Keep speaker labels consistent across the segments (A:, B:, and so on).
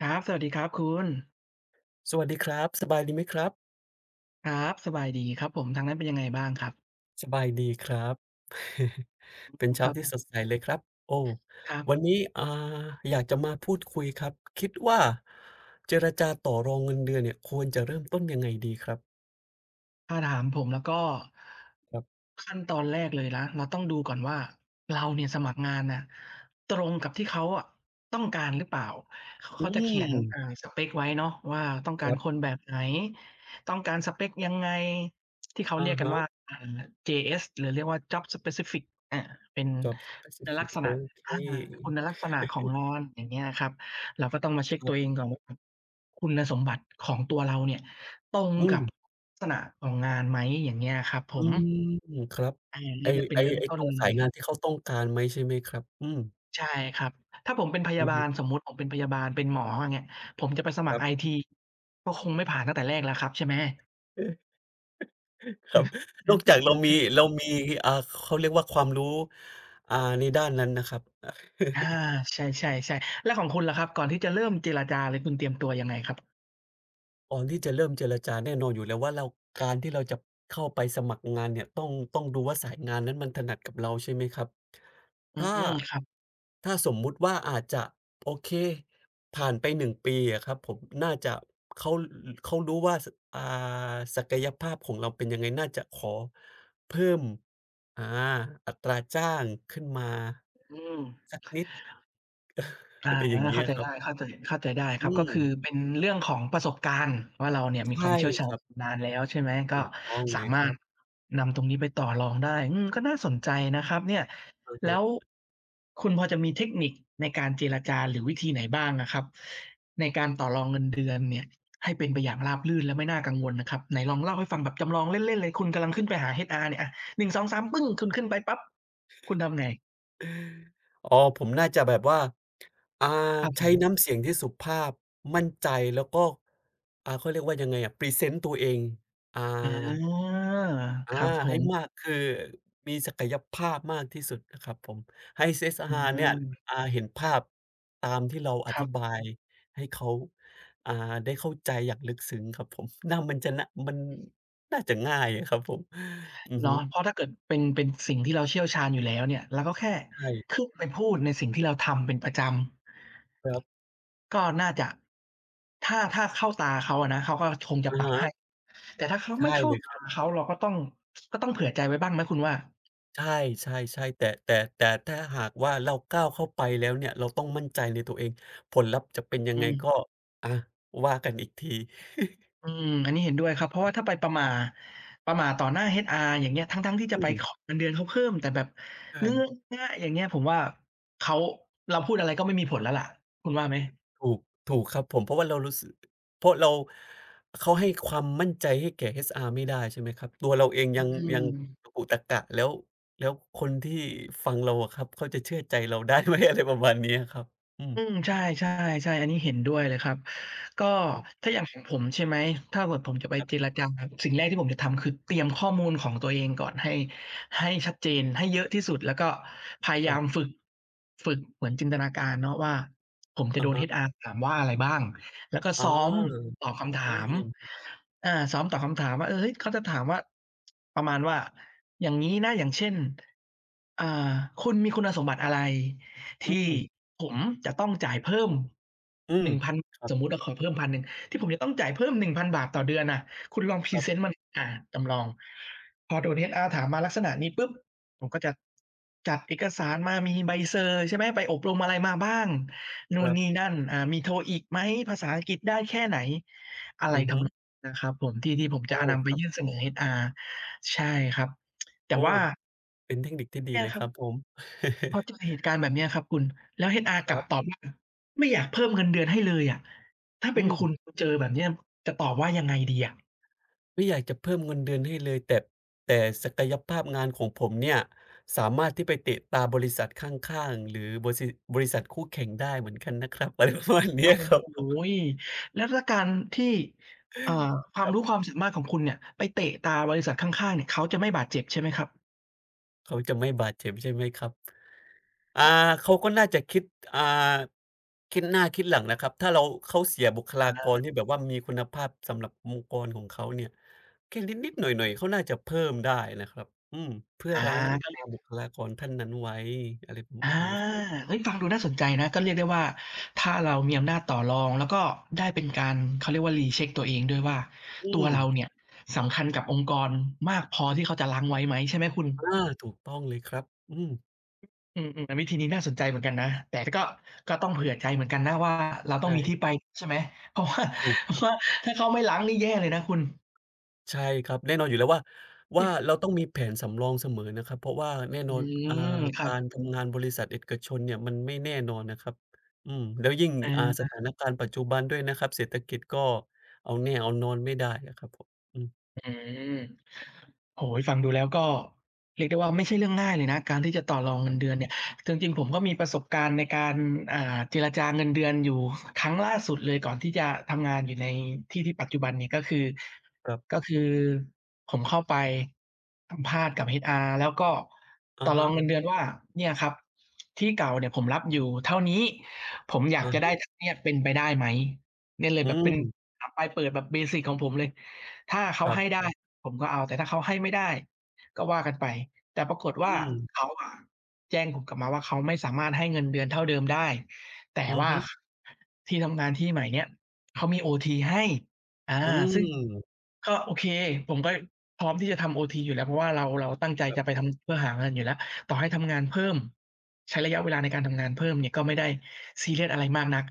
A: ครับสวัสดีครับคุณ
B: สวัสดีครับสบายดีไหมครับ
A: ครับสบายดีครับผมทางนั้นเป็นยังไงบ้างครับ
B: สบายดีครับ เป็น
A: ค
B: เช้า
A: รับผ
B: ที่สด
A: ม
B: ใสเลยครับโอ้
A: ครับ
B: วันนี้อยากจะมาพูดคุยครับคิดว่าเจรจาต่อรองเงินเดือนเนี่ยควรจะเริ่มต้นยังไงดีครับ
A: ถ้าถามผมแล้วก็
B: ครับ
A: ขั้นตอนแรกเลยนะเราต้องดูก่อนว่าเราเนี่ยสมัครงานน่ะตรงกับที่เขาอะต้องการหรือเปล่าเขา
B: อื
A: เขาจะเขี
B: ม
A: ยนสเปกไว้เนาะว่าต้อง
B: ค
A: การ
B: รั
A: คน
B: บ
A: แบบไหนต้องการสเปกยังไงที่เขา
B: อะ
A: เรียกกัน
B: ฮะ
A: ว่าอ่า JS หรือเรียกว่า Job Specific อาเป็น
B: Job
A: คุณลัก
B: Specific
A: ษ
B: โอ
A: ณะ
B: เค
A: อาคุณลักษณะของงานอย่างเงี้ยครับเราก็ต้องมาเช็ก
B: ครั
A: ตัวเอง
B: บ
A: ก่อนว่าคุณสมบัติของตัวเราเนี่ย ตรง
B: อืม
A: กับลักษณะของงานไหมอย่างเงี้ยครับผ
B: อื
A: ม
B: มครับไอ้
A: นี่จะเป็น
B: ไอ้
A: เริ่ม
B: ไอ้
A: ต้
B: ต
A: น
B: รง
A: เล
B: สาย
A: ย
B: งานที่เขาต้องการไหมใช่ไหมครับอืม
A: ใช่ครับถ้าผมเป็นพยา
B: อือ
A: บา
B: ฮึ
A: ลสมมุติผมเป็นพยาบาลเป็นหมออย่างเงี้ยผมจะไปส
B: ค
A: มัค
B: รั
A: รไอ
B: บ
A: ทีก็คงไม่ผ่านตั้งแต่แรกแล้วครับใช่ไหม
B: ค
A: อื
B: รับ
A: ออื
B: นอ
A: อ
B: กจากเรา
A: อื
B: มีเรา
A: ม
B: มีอ่าเขาเรียกว่าความรู้ในด้านนั้นนะครับ
A: อาใช่ๆๆแล้วของคุณล่ะครับก่อนที่จะเริ่มเจรจาเลยคุณเตรียมตัวยังไงครับ
B: ก่อนที่จะเริ่มเจรจาแน่นอนอยู่แล้วว่าเราการที่เราจะเข้าไปสมัครงานเนี่ยต้องดูว่าสายงานนั้นมันถนัดกับเราใช่ไหมครับ
A: อื
B: ถ้า
A: มครับ
B: ถ้าสมมุติว่าอาจจะโอเคผ่านไปหนึ่งปีอะครับผมน่าจะเขาเขารู้ว่าอ่าศักยภาพของเราเป็นยังไงน่าจะขอเพิ่มอาอัตราจ้างขึ้นมา
A: อืม
B: สักนิด
A: อา
B: เป็นไอ้อย่างเงี้
A: เข้า
B: ย
A: ใจ
B: ครับ
A: ได้เข้าใจได้ครับ
B: อื
A: ก็
B: ม
A: คือเป็นเรื่องของประสบการณ์ว่าเราเนี่ยมีค
B: ใช่
A: วามเชี่ยว
B: ค
A: ชาญ
B: รับ
A: ชำนาญแล้วใช่ไหมก็
B: ถูกต้องเล
A: สา
B: ยค
A: มาร
B: รั
A: ถ
B: บ
A: นำตรงนี้ไปต่อรองได้อืมก็น่าสนใจนะครับเนี่ย
B: อะฮะ
A: แล้วคุณพอจะมีเทคนิคในการเจรจาหรือวิธีไหนบ้างอะครับในการต่อรองเงินเดือนเนี่ยให้เป็นไปอย่างราบรื่นและไม่น่ากังวลนะครับไหนลองเล่าให้ฟังแบบจำลองเล่นๆเลยคุณกำลังขึ้นไปหา HR เนี่ยอะหนึ่งสองสามปึ้งคุณขึ้นไปปั๊บคุณทำไง
B: อ๋อผมน่าจะแบบว่าอ่า
A: ครับผ
B: ใช้
A: ม
B: น้ำเสียงที่สุภาพมั่นใจแล้วก็เขาเรียกว่ายังไงอะพรีเซนต์ตัวเองอ่า
A: อาค
B: อา
A: รับผ
B: ให้มา
A: ม
B: กคือมีศักยภาพมากที่สุดนะครับผมให้
A: อื
B: CSR เนี่ย
A: ม
B: เห็นภาพตามที่เราอ
A: ครั
B: ธิ
A: บ
B: บายให้เขาอ่าได้เข้าใจอย่างลึกซึ้งครับผม น่ามันจะนมันน่าจะง่ายอะครับผมอือ
A: เหรอ
B: ฮึ
A: เพราะถ้าเกิดเป็นสิ่งที่เราเชี่ยวชาญอยู่แล้วเนี่ยเราก็แค่
B: ใช่
A: ขึ้นไปพูดในสิ่งที่เราทำเป็นประจ
B: ครับ
A: ำก็น่าจะถ้าเข้าตาเขาอะนะเขาก็คงจะป
B: อะ
A: รับให้
B: ฮะ
A: แต่ถ้าเขาไม่
B: ใช่
A: เข้า
B: เลยค
A: ตา
B: รับ
A: เขาเราก็ต้องก็ต้องเผื่อใจไว้บ้างไหมคุณว่า
B: ใช่ใช่ๆแต่ถ้าหากว่าเราก้าวเข้าไปแล้วเนี่ยเราต้องมั่นใจในตัวเองผลลัพธ์จะเป็นยั
A: อื
B: งไงก็
A: ม
B: อะว่ากันอีกที
A: อื มอันนี้เห็นด้วยครับเพราะว่าถ้าไปประหม่าประหม่าต่อหน้า HR อย่างเงี้ยทั้งๆที่จะ
B: อื
A: ไป
B: ม
A: ขอเงินเดือนเขาเพิ่มแต่แบบเงื้อ
B: ใช่
A: ง่ะอย่างเงี้ยผมว่าเขาเราพูดอะไรก็ไม่มีผลแล้วล่ะคุณว่าไหม
B: ถูกถูกครับผมเพราะว่าเรารู้สึกเพราะเราเขาให้ความมั่นใจให้แก่ HR ไม่ได้ใช่ไหมครับตัวเราเอง
A: อื
B: ยังยั
A: ม
B: งตะกุตะกะแล้วแล้วคนที่ฟังเราอะครับเขาจะเชื่อใจเราได้ไหม อะไรประมาณเนี้ยครับอื
A: อืม
B: ม
A: ใช่ๆๆอันนี้เห็นด้วยเลยครับก็
B: ครับ
A: ถ้าอย่างของผมใช่ไหมถ้าเกิดผมจะไป
B: ครั
A: เจร
B: บ
A: จาสิ่งแรกที่ผมจะทำคือเตรียมข้อมูลของตัวเองก่อนให้ชัดเจนให้เยอะที่สุดแล้วก็พยา
B: ค
A: ยา
B: รั
A: ม
B: บ
A: ฝึกฝึกเหมือนจินตนาการเนาะว่าผมจะโด
B: อะ
A: น
B: ฮะ
A: HR ถามว่าอะไรบ้างแล้วก็
B: อา
A: ซ้อมตอบคำ
B: โอ้
A: ถาม
B: เยี่ยม
A: ซ้อมตอบคำถามว่าเออเฮ้ยเขาจะถามว่าประมาณว่าอย่างงี้นะอย่างเช่นอ่าคุณมีคุณสมบัติอะไร
B: อื
A: ที่
B: ม
A: ผมจะต้องจ่ายเพิ่ม
B: อืม
A: 1,000
B: ครั
A: สมมุ
B: บ
A: ติอะขอเพิ่ม1,000ที่ผมจะต้องจ่ายเพิ่ม1,000บาทต่อเดือนน่ะคุณลองพรีเซ
B: ค
A: นต์มันจำลองพอโดน HR ถามมาลักษณะนี้ปุ๊บผมก็จะจัดเอกสารมามีใบเซอร์ใช่ไหมไปอบรมอะไรมาบ้างนู่น
B: รับ
A: นี่นั่นมี TOEIC ไหมภาษาอังกฤษได้แค่ไหนอะ
B: ๆ
A: ไร
B: อือฮึ
A: ทำนองนะครับผมที่ผมจะ
B: โอ้
A: นำไป
B: ครับ
A: ยื่นเสนอ HR ใช่ครับแต่
B: โอ้
A: ว่า
B: เป็นเทคนิคที่ดี
A: เนี่
B: เล
A: ย
B: ย
A: ค
B: ค
A: รั
B: รับผ
A: บ
B: ม
A: พอเจอ เหตุการณ์แบบเนี้ยครับคุณแล้ว HR
B: ค
A: กลั
B: รั
A: บตอบ
B: บ
A: ว่าไม่อยากเพิ่มเงินเดือนให้เลยอะถ้า
B: อื
A: เป็น
B: ม
A: คุณเจอแบบเนี้ยจะตอบว่ายังไงดีอะ
B: ไม่อยากจะเพิ่มเงินเดือนให้เลยแต่ศักยภาพงานของผมเนี่ยสามารถที่ไปเตะตาบริษัทข้างๆหรือบริษัทคู่แข่งได้เหมือนกันนะครับ อะไรประมาณเนี้
A: โอ้
B: ยครับผ
A: โฮ
B: ม
A: แล้วถ้าการที่เอ่อควา
B: ค
A: ม
B: รั
A: รู้ค
B: บ
A: วามสามารถของคุณเนี่ยไปเตะตาบริษัทข้างๆเนี่ยเขาจะไม่บาดเจ็บใช่ไหมครับ
B: เขาจะไม่บาดเจ็บใช่ไหมครับ อ่าเขาก็น่าจะคิดอ่าคิดหน้าคิดหลังนะครับถ้าเราเขาเสียบุคลากรที่แบบว่ามีคุณภาพสำหรับองค์กรของเขาเนี่ยแค่นิดๆหน่อยๆเขาน่าจะเพิ่มได้นะครับอืมเพื่อ
A: อา
B: รั้ง
A: ก็เลย
B: บุคลากรท่านนั้นไว้อะไรประ
A: อา
B: มาณนี้ครับ
A: เฮ้ยฟังดูน่าสนใจนะก็เรียกได้ว่าถ้าเรามีอำนาจต่อรองแล้วก็ได้เป็นการเขาเรียกว่า recheck ตัวเองด้วยว่า
B: อื
A: ตัว
B: ม
A: เราเนี่ยสำคัญกับองค์กรมากพอที่เขาจะล้างไว้ไหมใช่ไหมคุณ
B: อาถูกต้องเลยครับอืม
A: อืมๆวิธีนี้น่าสนใจเหมือนกันนะแต่ก็ก็ต้องเผื่อใจเหมือนกันนะว่าเราต้องมีที่
B: ใช่
A: ไปใช่ไหม เพราะว่า
B: ถูก
A: เพ
B: ค
A: ราะ
B: รับ
A: ว่าถ้าเขาไม่ล้างนี่แย่เลยนะคุณ
B: ใช่ครับแน่นอนอยู่แล้วว่าว่าเราต้องมีแผนสำรองเสมอนะครับเพราะว่าแน่
A: อื
B: นอนอ่า
A: มครั
B: กา
A: บ
B: รทำงานบริษัทเอกชนเนี่ยมันไม่แน่นอนนะครับอืมแล้วยิ่งส
A: เอา
B: ถานการณ์ปัจจุบันด้วยนะครับเศรษฐกิจก็เอาแน่เอานอนไม่ได้อะครับผมอืม
A: อืม โอ้โฮฟังดูแล้วก็เรียกได้ว่าไม่ใช่เรื่องง่ายเลยนะการที่จะต่อรองเงิน
B: ค
A: เดือนเนี่ยจริงๆผมก็มีประสบการณ์ในการเจรจาเงินเดือนอยู่ครั้งล่าสุดเลยก่อนที่จะทำงานอยู่ในที่ที่ปัจจุบันเนี่ยก็คือ
B: รับ
A: ก็คือผมเข้าไปสัมภาษณ์กับ HR แล้วก็
B: ๆอะ
A: ต่อรอ
B: ฮะ
A: งเงินเดือนว่าเนี่ยครับที่เก่าเนี่ยผมรับอยู่เท่านี้ผมอยาก
B: อะ
A: จะได้
B: ฮะ
A: เท่าเนี้ยเป็นไปได้ไหมเนี่ยเลย
B: อื
A: แบบเป็น
B: ม
A: ถามปลายเปิดแบบเบสิกของผมเลยถ้า
B: ค
A: เขา
B: รั
A: ให้
B: บ
A: ได้ ผมก็เอาแต่ถ้าเขาให้ไม่ได้ก็ว่ากันไปแต่ปรากฏว่า
B: อืม
A: เขาอะแจ้งผมกลับมาว่าเขาไม่สามารถให้เงินเดือนเท่าเดิมได้แต่
B: อือ
A: ว่า
B: ฮึ
A: ที่ทำงานที่ใหม่เนี่ยเขามีโอทีให้อา
B: อื
A: ซึ่ง
B: ม
A: ก็โอเคผมก็พร้อมที่จะทำโอทีอยู่แล้วเพราะว่าเราตั้งใจ
B: ครั
A: จะไป
B: บ
A: ทำเพื่อหาเงินอยู่แล้วต่อให้ทำงานเพิ่มใช้ระยะเวลาในการทำงานเพิ่มเนี่ยก็ไม่ได้ซีเรียสอะไรมากนัก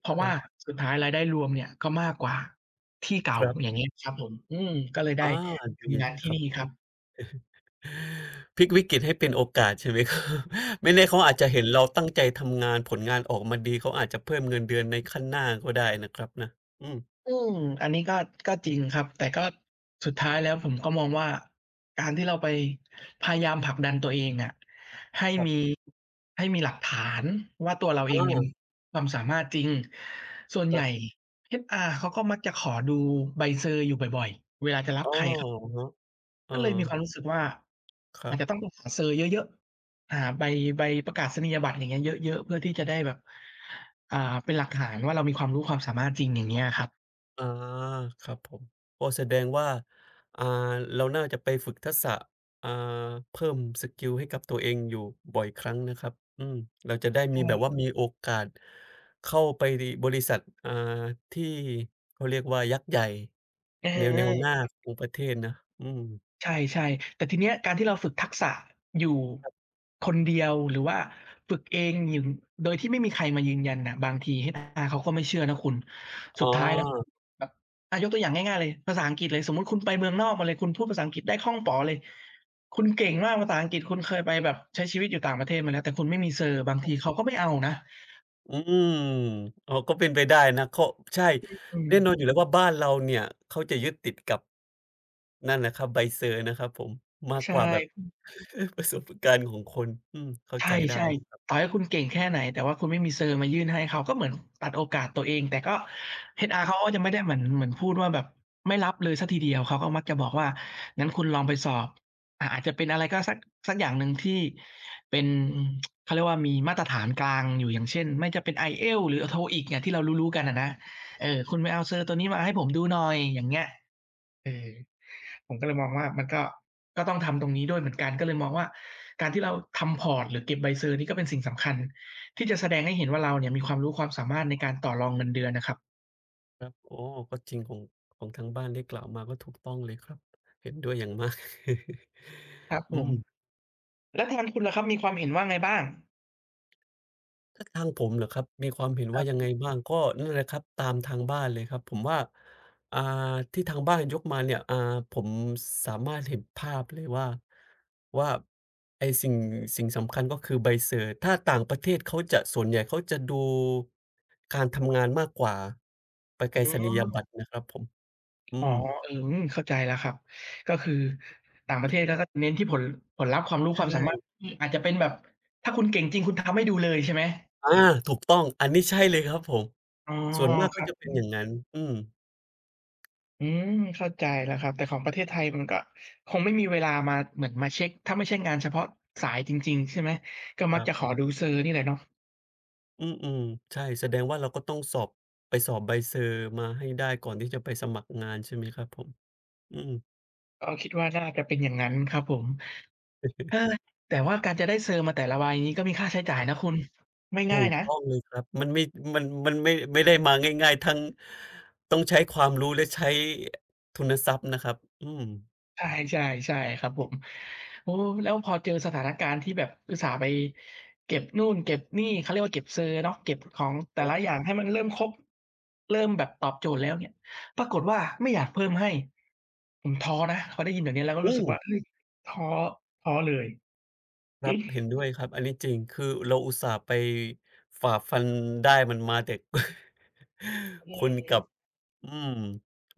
A: เพราะว่าสุดท้ายรายได้รวมเนี่ยก็มากกว่า ที่
B: ๆค
A: เก่า
B: รั
A: อย่าง
B: บ
A: เงี้ยครับผมอืมก็เลยได้
B: อาดี
A: ทำงา
B: เล
A: น
B: ย
A: ที่
B: ครับ
A: นี่ครับ
B: พลิกวิกฤตให้เป็นโอกาสใช่ไหมครับ ไม่แน่เขาอาจจะเห็นเราตั้งใจทำงานผลงานออกมาดีเขาอาจจะเพิ่มเงินเดือนในขั้นหน้าก็ได้นะครับนะอืม
A: อืมอันนี้ก็ก็จริงครับ แต่ก็สุดท้ายแล้วผมก็มองว่าการที่เราไปพยายามผลักดันตัวเองอะให้
B: ครั
A: มี
B: บ
A: ให้มีหลักฐานว่าตัวเราเองเนี่ยมี
B: อา
A: ความสามารถจริง ส่วน
B: ค
A: ให
B: รั
A: ญ่
B: บ
A: HR เขาก็มักจะขอดูใบเซอร์อยู่บ่อยๆ เวลาจะรับ
B: อ้อ
A: ใคร
B: อะฮะเออ
A: ก็เลยมีความรู้สึกว่า
B: ครั
A: อา
B: บ
A: จจะต้องไปหาเซอร์เยอะๆหาใบประกาศนียบัตรอย่างเงี้ยเยอะๆ เพื่อที่จะได้แบบอ่าเป็นหลักฐานว่าเรามีความรู้ความสามารถจริงอย่างเงี้ยครับ
B: อาครับผมโอ้แสดงว่าอ่า เราน่าจะไปฝึกทักษะอ่าเพิ่มสกิลให้กับตัวเองอยู่บ่อยครั้งนะครับอืมเราจะได้มี
A: ใช่
B: แบบว่ามีโอกาสเข้าไปดีบริษัทอ่าที่เขาเรียกว่ายักษ์ใหญ่
A: เ
B: แนวหน้า
A: ออ
B: ของประเทศนะอืม
A: ใช่ๆแต่ทีเนี้ยการที่เราฝึกทักษะอยู่คนเดียวหรือว่าฝึกเองอยู่โดยที่ไม่มีใครมายืนยันน่ะบางที HR เขาก็ไม่เชื่อนะคุณ
B: อ๋
A: สุ
B: อ
A: ดท้ายแล้วแบบอายกตัวอย่างง่ายๆเลยภาษาอังกฤษเลยสมมุติคุณไปเมืองนอกมาเลยคุณพูดภาษาอังกฤษได้คล่องป๋อเลยคุณเก่งมากภาษาอังกฤษคุณเคยไปแบบใช้ชีวิตอยู่ต่างประเทศมาแล้วแต่คุณไม่มี Sir บางทีเขาก็ไม่เอานะ
B: อืมอ๋อก็เป็นไปได้นะเขาใช่
A: อืม
B: แน่นอนอยู่แล้วว่าบ้านเราเนี่ยเขาจะยึดติดกับ นั่นแหละครับใบเซอร์นะครับผมมาก
A: ใช่
B: กว่าแบบ ประสบการณ์ของคนอืมเข้า
A: ใช
B: ใจได้
A: ่ๆต่อให้คุณเก่งแค่ไหนแต่ว่าคุณไม่มีเซอร์มายื่นให้เขาก็เหมือนตัดโอกาสตัวเองแต่ก็ HR เขาก็จะไม่ได้เหมือนเหมือนพูดว่าแบบไม่รับเลยเสียทีเดียวเขาก็มักจะบอกว่างั้นคุณลองไปสอบอาจจะเป็นอะไรก็สักอย่างหนึ่งที่เป็นเขาเรียกว่ามีมาตรฐานกลางอยู่อย่างเช่นไม่จะเป็น IELTS หรือ TOEIC เนี่ยที่เรารู้ๆกันอะนะเออคุณไปเอาเซอร์ตัวนี้มาให้ผมดูหน่อยอย่างเงี้ยเออ ผมก็เลยมองว่ามันก็ก็ต้องทำตรงนี้ด้วยเหมือนกันก็เลยมองว่าการที่เราทำพอร์ตหรือเก็บใบเซอร์นี่ก็เป็นสิ่งสำคัญที่จะแสดงให้เห็นว่าเราเนี่ยมีความรู้ความสามารถในการต่อรองเงินเดือนนะครับ
B: ครับโอ้ก็จริงของทางบ้านได้กล่าวมาก็ถูกต้องเลยครับเห็นด้วยอย่างมาก
A: ครับผ
B: อื
A: ม
B: ม
A: แล้วทางคุณล่ะครับมีความเห็นว่าไงบ้าง
B: ถ้าทางผมเหรอครับมีความเห็น
A: ครั
B: ว่า
A: บ
B: ยั
A: ผ
B: งไง
A: ม
B: บ้างก็นั่นแหละครับตามทางบ้านเลยครับผมว่าอ่าที่ทางบ้านยกมาเนี่ยผมสามารถเห็นภาพเลยว่าว่าไอ้สิ่งสิ่งสำคัญก็คือใบเซอร์ถ้าต่างประเทศเขาจะส่วนใหญ่เขาจะดูการทำงานมากกว่าไป
A: อื
B: รษณียบัต
A: ม
B: รนะครับผมอื
A: อ๋อ
B: ม
A: อืมเข้าใจแล้วครับก็คือต่างประเทศเขาก็เน้นที่ผลลัพธ์ความรู้ความ
B: ใช่
A: สามารถที่อาจจะเป็นแบบถ้าคุณเก่งจริงคุณทำให้ดูเลยใช่ไหม
B: อาถูกต้องอันนี้ใช่เลยครับผม
A: อ๋อ
B: ส่วนมาก
A: ค
B: ก็
A: รับ
B: จะเป็นอย่างนั้นอืม
A: อืมเข้าใจแล้วครับแต่ของประเทศไทยมันก็คงไม่มีเวลามาเหมือนมาเช็กถ้าไม่ใช่งานเฉพาะสายจริงๆใช่ไหมก็
B: ค
A: มัก
B: รั
A: จะขอ
B: บ
A: ดูเซอร์นี่แหละเนาะ
B: อืมๆใช่แสดงว่าเราก็ต้องสอบไปสอบใบเซอร์มาให้ได้ก่อนที่จะไปสมัครงานใช่ไหมครับผมอืม
A: ก็คิดว่าน่าจะเป็นอย่างงั้นครับผมเออแต่ว่าการจะได้เซอร์มาแต่ละใบนี้ก็มีค่าใช้จ่า
B: ค
A: ย
B: รั
A: นะ
B: บ
A: คุณไม่
B: ถู
A: ง่าย
B: ก
A: นะ
B: ต้องเลยครับมันไม่มันไม่ได้มาง่ายๆทั้งต้องใช้ความรู้และใช้ทุนทรัพย์นะครับอืม
A: ใช่ใช่ใช่ครับผมโอ้แล้วพอเจอสถานการณ์ที่แบบอุตส่าห์ไปเก็บนู่นเก็บนี่เขาเรียกว่าเก็บเซอร์เนาะเก็บของแต่
B: ครั
A: ละอ
B: บ
A: ย่างให้มันเริ่มครบเริ่มแบบตอบโจทย์แล้วเนี่ยปรากฏว่าไม่อยากเพิ่มให้ผมท้อนะพอได้ยินแบบนี้แล้วก็รู้
B: อื
A: สึ
B: ม
A: กว่าเฮ้ยท้อท้อเลย
B: ค
A: อื
B: รับเห็นด้วยครับอันนี้จริงคือเราอุตส่าห์ไปฝ่าฟันได้มันมาแต่ คุณ
A: ม
B: กลับอืม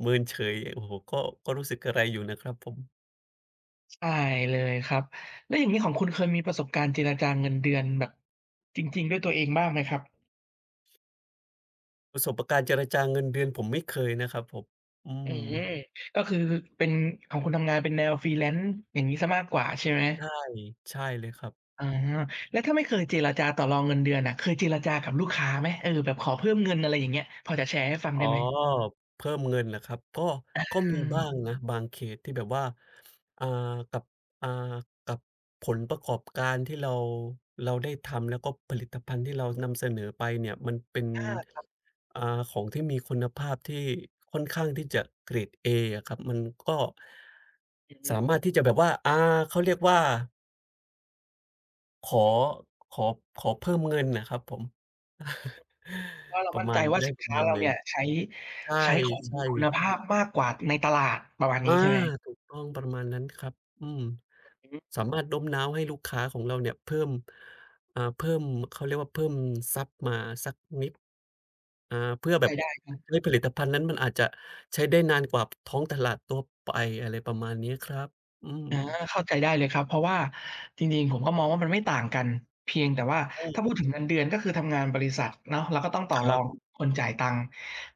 B: เมินเฉยโอ้โฮก็รู้สึกกระไรอยู่นะครับผม
A: ใช่เลยครับแล้วอย่างงี้ของคุณเคยมีประสบการณ์เจรจาเงินเดือนแบบจริงๆด้วยตัวเองบ้างไหมครับ
B: ประสบการณ์เจรจาเงินเดือนผมไม่เคยนะครับผมอื
A: อื
B: ม
A: มก็คือเป็นของคุณทำงานเป็นแนว Freelance อย่างงี้เสียมากกว่าใช่ไหม
B: ใช่ใช่เลยครับ
A: อาแล้วถ้าไม่เคยเจรจาต่อรองเงินเดือนน่ะเคยเจรจากับลูกค้าไหมเออแบบขอเพิ่มเงินอะไรอย่างเงี้ยพอจะแชร์ให้ฟัง
B: อ๋
A: ได้
B: อ
A: ไหม
B: เพิ่มเงินเหรอครับก็
A: อ
B: ก็มี
A: ื
B: บ้าง
A: ม
B: นะบางเคสที่แบบว่าอ่ากับอ่ากับผลประกอบการที่เราได้ทำแล้วก็ผลิตภัณฑ์ที่เรานำเสนอไปเนี่ยมันเป็น
A: อา
B: อ่าของที่มีคุณภาพที่ค่อนข้างที่จะเกรดเออะครับมันก็
A: อืม
B: สามารถที่จะแบบว่าเขาเรียกว่า ขอขอขอเพิ่มเงินน่ะครับผม
A: เพราะ เรา
B: ประ
A: มั่น
B: มา
A: ใจ
B: ณ
A: ว่า
B: ได้
A: สิน
B: ประ
A: ค้า
B: มาณ
A: เรา
B: หนึ่ง
A: เนี่ย
B: ใช่
A: ใช้ของมี
B: ใช่
A: คุณภาพมากกว่าในตลาดประมาณ
B: อา
A: นี้ใช่ไหม
B: ถูกต้องประมาณนั้นครับอืม
A: อืม
B: สามารถโน้มน้าวให้ลูกค้าของเราเนี่ยเพิ่มเพิ่มเขาเรียกว่าเพิ่มทรัพย์มาสักนิดเพื่อแบบ
A: เข้าใจได้ครับ
B: ให้ผลิตภัณฑ์นั้นมันอาจจะใช้ได้นานกว่าท้องตลาดทั่วไปอะไรประมาณนี้ครับอืม
A: อาเข้าใจได้เลยครับเพราะว่าจริงๆผมก็มองว่ามันไม่ต่างกันเพียงแต่ว่า
B: อื
A: ถ้า
B: ม
A: พูดถึงเงินเดือนก็คือทำงานบริษัทเนาะเราก็ต้องต่อ
B: ค
A: ร
B: รั
A: อง
B: บ
A: คนจ่ายตังค์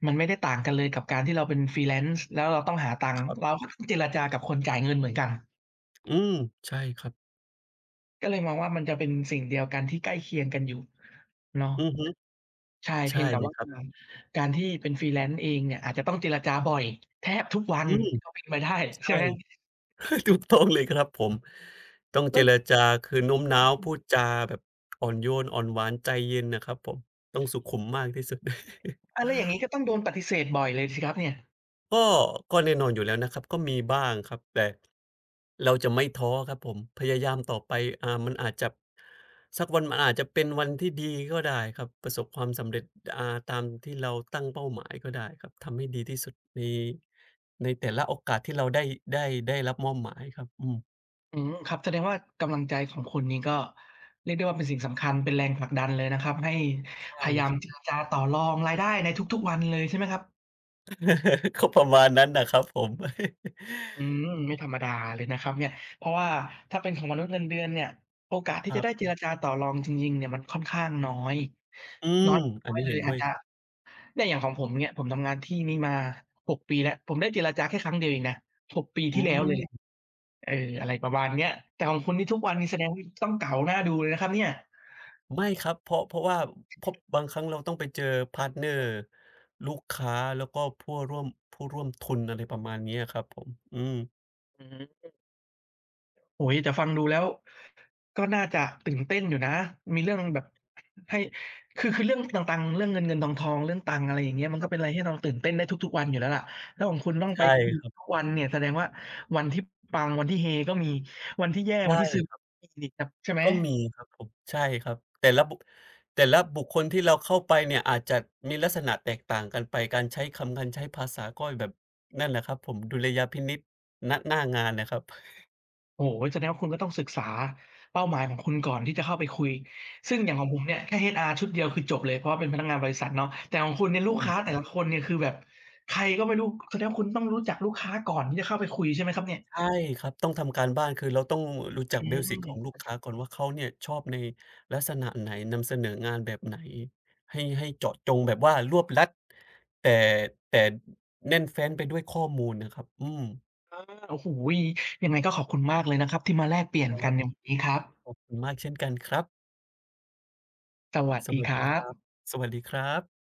A: มันไม่ได้ต่างกันเลยกับการที่เราเป็น freelance แล้วเราต้องหาตังค์
B: ครั
A: เรา
B: บ
A: ก็ต้องเจรจากับคนจ่ายเงินเหมือนกัน
B: อืมใช่ครับ
A: ก็เลยมองว่ามันจะเป็นสิ่งเดียวกันที่ใกล้เคียงกันอยู่เนาะ
B: อือฮึ
A: ใช่เพี
B: ใช่
A: ยงแต่
B: เลย
A: ว่า
B: ครับ
A: การที่เป็น freelance เองเนี่ยอาจจะต้องเจรจาบ่อยแทบทุกวัน
B: อืม
A: ก็เป็นไปได้ใช่
B: ใช่
A: ไหม
B: ถูกต้องเลยครับผมต้อง
A: แล้
B: เจ
A: ว
B: รจาคือโน้มน้าวพูดจาแบบอ่อนโยนอ่อนหวานใจเย็นน่ะครับผมต้องสุขุมมากที่สุด
A: แล้วอย่างงี้ก็ต้องโดนปฏิเสธบ่อยเลยสิครับเนี่ย
B: ก็ก็แน่นอนอยู่แล้วนะครับก็มีบ้างครับแต่เราจะไม่ท้อครับผมพยายามต่อไปมันอาจจะสักวันมันอาจจะเป็นวันที่ดีก็ได้ครับประสบความสำเร็จอ่าตามที่เราตั้งเป้าหมายก็ได้ครับทำให้ดีที่สุดในในแต่ละโอกาสที่เราได้ได้รับมอบหมายครับอืม
A: อืมครับแสดงว่ากำลังใจของคุณนี่ก็เรียกได้ว่าเป็นสิ่งสำคัญเป็นแรงผลักดันเลยนะครับให้
B: ใช่
A: พยายาม
B: ครับ
A: เจรจาต่อรองรายได้ในทุกๆวันเลยใช่ไหมครับ
B: ก็ประมาณนั้นนะครับผม
A: อืมไม่ธรรมดาเลยนะครับเนี่ยเพราะว่าถ้าเป็นของมนุษย์เงินเดือนเนี่ยโอกาสที่
B: ค
A: จะ
B: รั
A: ได้เจ
B: บ
A: รจาต่อรองจริงๆเนี่ยมันค่อนข้างน้อย
B: อืม
A: น้อย
B: อั
A: น้
B: น
A: อย
B: นี้
A: เล
B: เห็
A: ย
B: นด้
A: อาจ
B: วย
A: จะ
B: ครับ
A: เนี่ยอย่างของผมเนี่ยผมทำงานที่นี้มา6ปีแล้วผมได้เจรจาแค่ครั้งเดียวเองนะหกปี
B: อื
A: ที่แล้วเลยแหละ
B: ม
A: เอออะไรประมาณเนี้ยแต่ของคุณนี่ทุกวันนี่แสดงว่าต้องเก๋าน่าดูเลยนะครับเนี่ย
B: ไม่ครับเพราะเพราะว่าเพราะบางครั้งเราต้องไปเจอพาร์ทเนอร์ลูกค้าแล้วก็ผู้ร่วมทุนอะไรประมาณนี้ครับผมอืม
A: อืม โอ้โฮแต่ฟังดูแล้วก็น่าจะตื่นเต้นอยู่นะมีเรื่องแบบให้คือเรื่องตังๆเรื่องเงินๆทองๆเรื่องตังค์อะไรอย่างเงี้ยมัน
B: ค
A: ก็
B: รั
A: เป็นอะไร
B: บ
A: ที่เราตื่นเต้นได้ทุกๆวันอยู่แล้วล่ะแล้วของคุณต้องไป
B: ใช่
A: คุย
B: ครั
A: ทุก
B: บ
A: วันเนี่ยแสดงว่าวันที่ปังวันที่เฮก็มีวันที่แย่วั
B: ใช่
A: นที่ซึม
B: ครับ
A: มีอีกครับใช่ไหม
B: ก็มีครับผมใช่ครับแต่ละบุคคลที่เราเข้าไปเนี่ยอาจจะมีลักษณะแตกต่างกันไปการใช้คำการใช้ภาษาก็แบบนั่นแหละครับผมดุลยพินิจณหน้างานนะครับ
A: โอ้โฮแสดงว่าคุณก็ต้องศึกษาเป้าหมายของคุณก่อนที่จะเข้าไปคุยซึ่งอย่างของผมเนี่ยแค่ HR ชุดเดียวคือจบเลยเพราะว่าเป็นพนักงานบริษัทเนาะแต่ของคุณเนี่ยลูกค้า แต่ละคนเนี่ยคือแบบใครก็ไม่รู้แสดงว่าคุณต้องรู้จักลูกค้าก่อนที่จะเข้าไปคุยใช่ไหมครับเนี่ย
B: ใช่ครับต้องทำการบ้านคือเราต้องรู้จัก
A: อื
B: เบล Basic ของลู
A: ม
B: กค้าก่อนว่าเขาเนี่ยชอบในลักษณะไหนนำเสนองานแบบไหนให้ให้เจาะจงแบบว่ารวบรัดแต่แต่แน่นแฟ้นไปด้วยข้อมูลนะครับอืม
A: โอ้โฮยังไงก็ขอบคุณมากเลยนะครับที่มาแลกเปลี่ยน
B: ค
A: กั
B: รั
A: น
B: บ
A: ในวันนี้ครับ
B: ขอบคุณมากเช่นกันครับ
A: สวัส
B: ส
A: ดี
B: วัส
A: ค
B: ดี
A: รั
B: ค
A: บ
B: รับสวัสดีครับ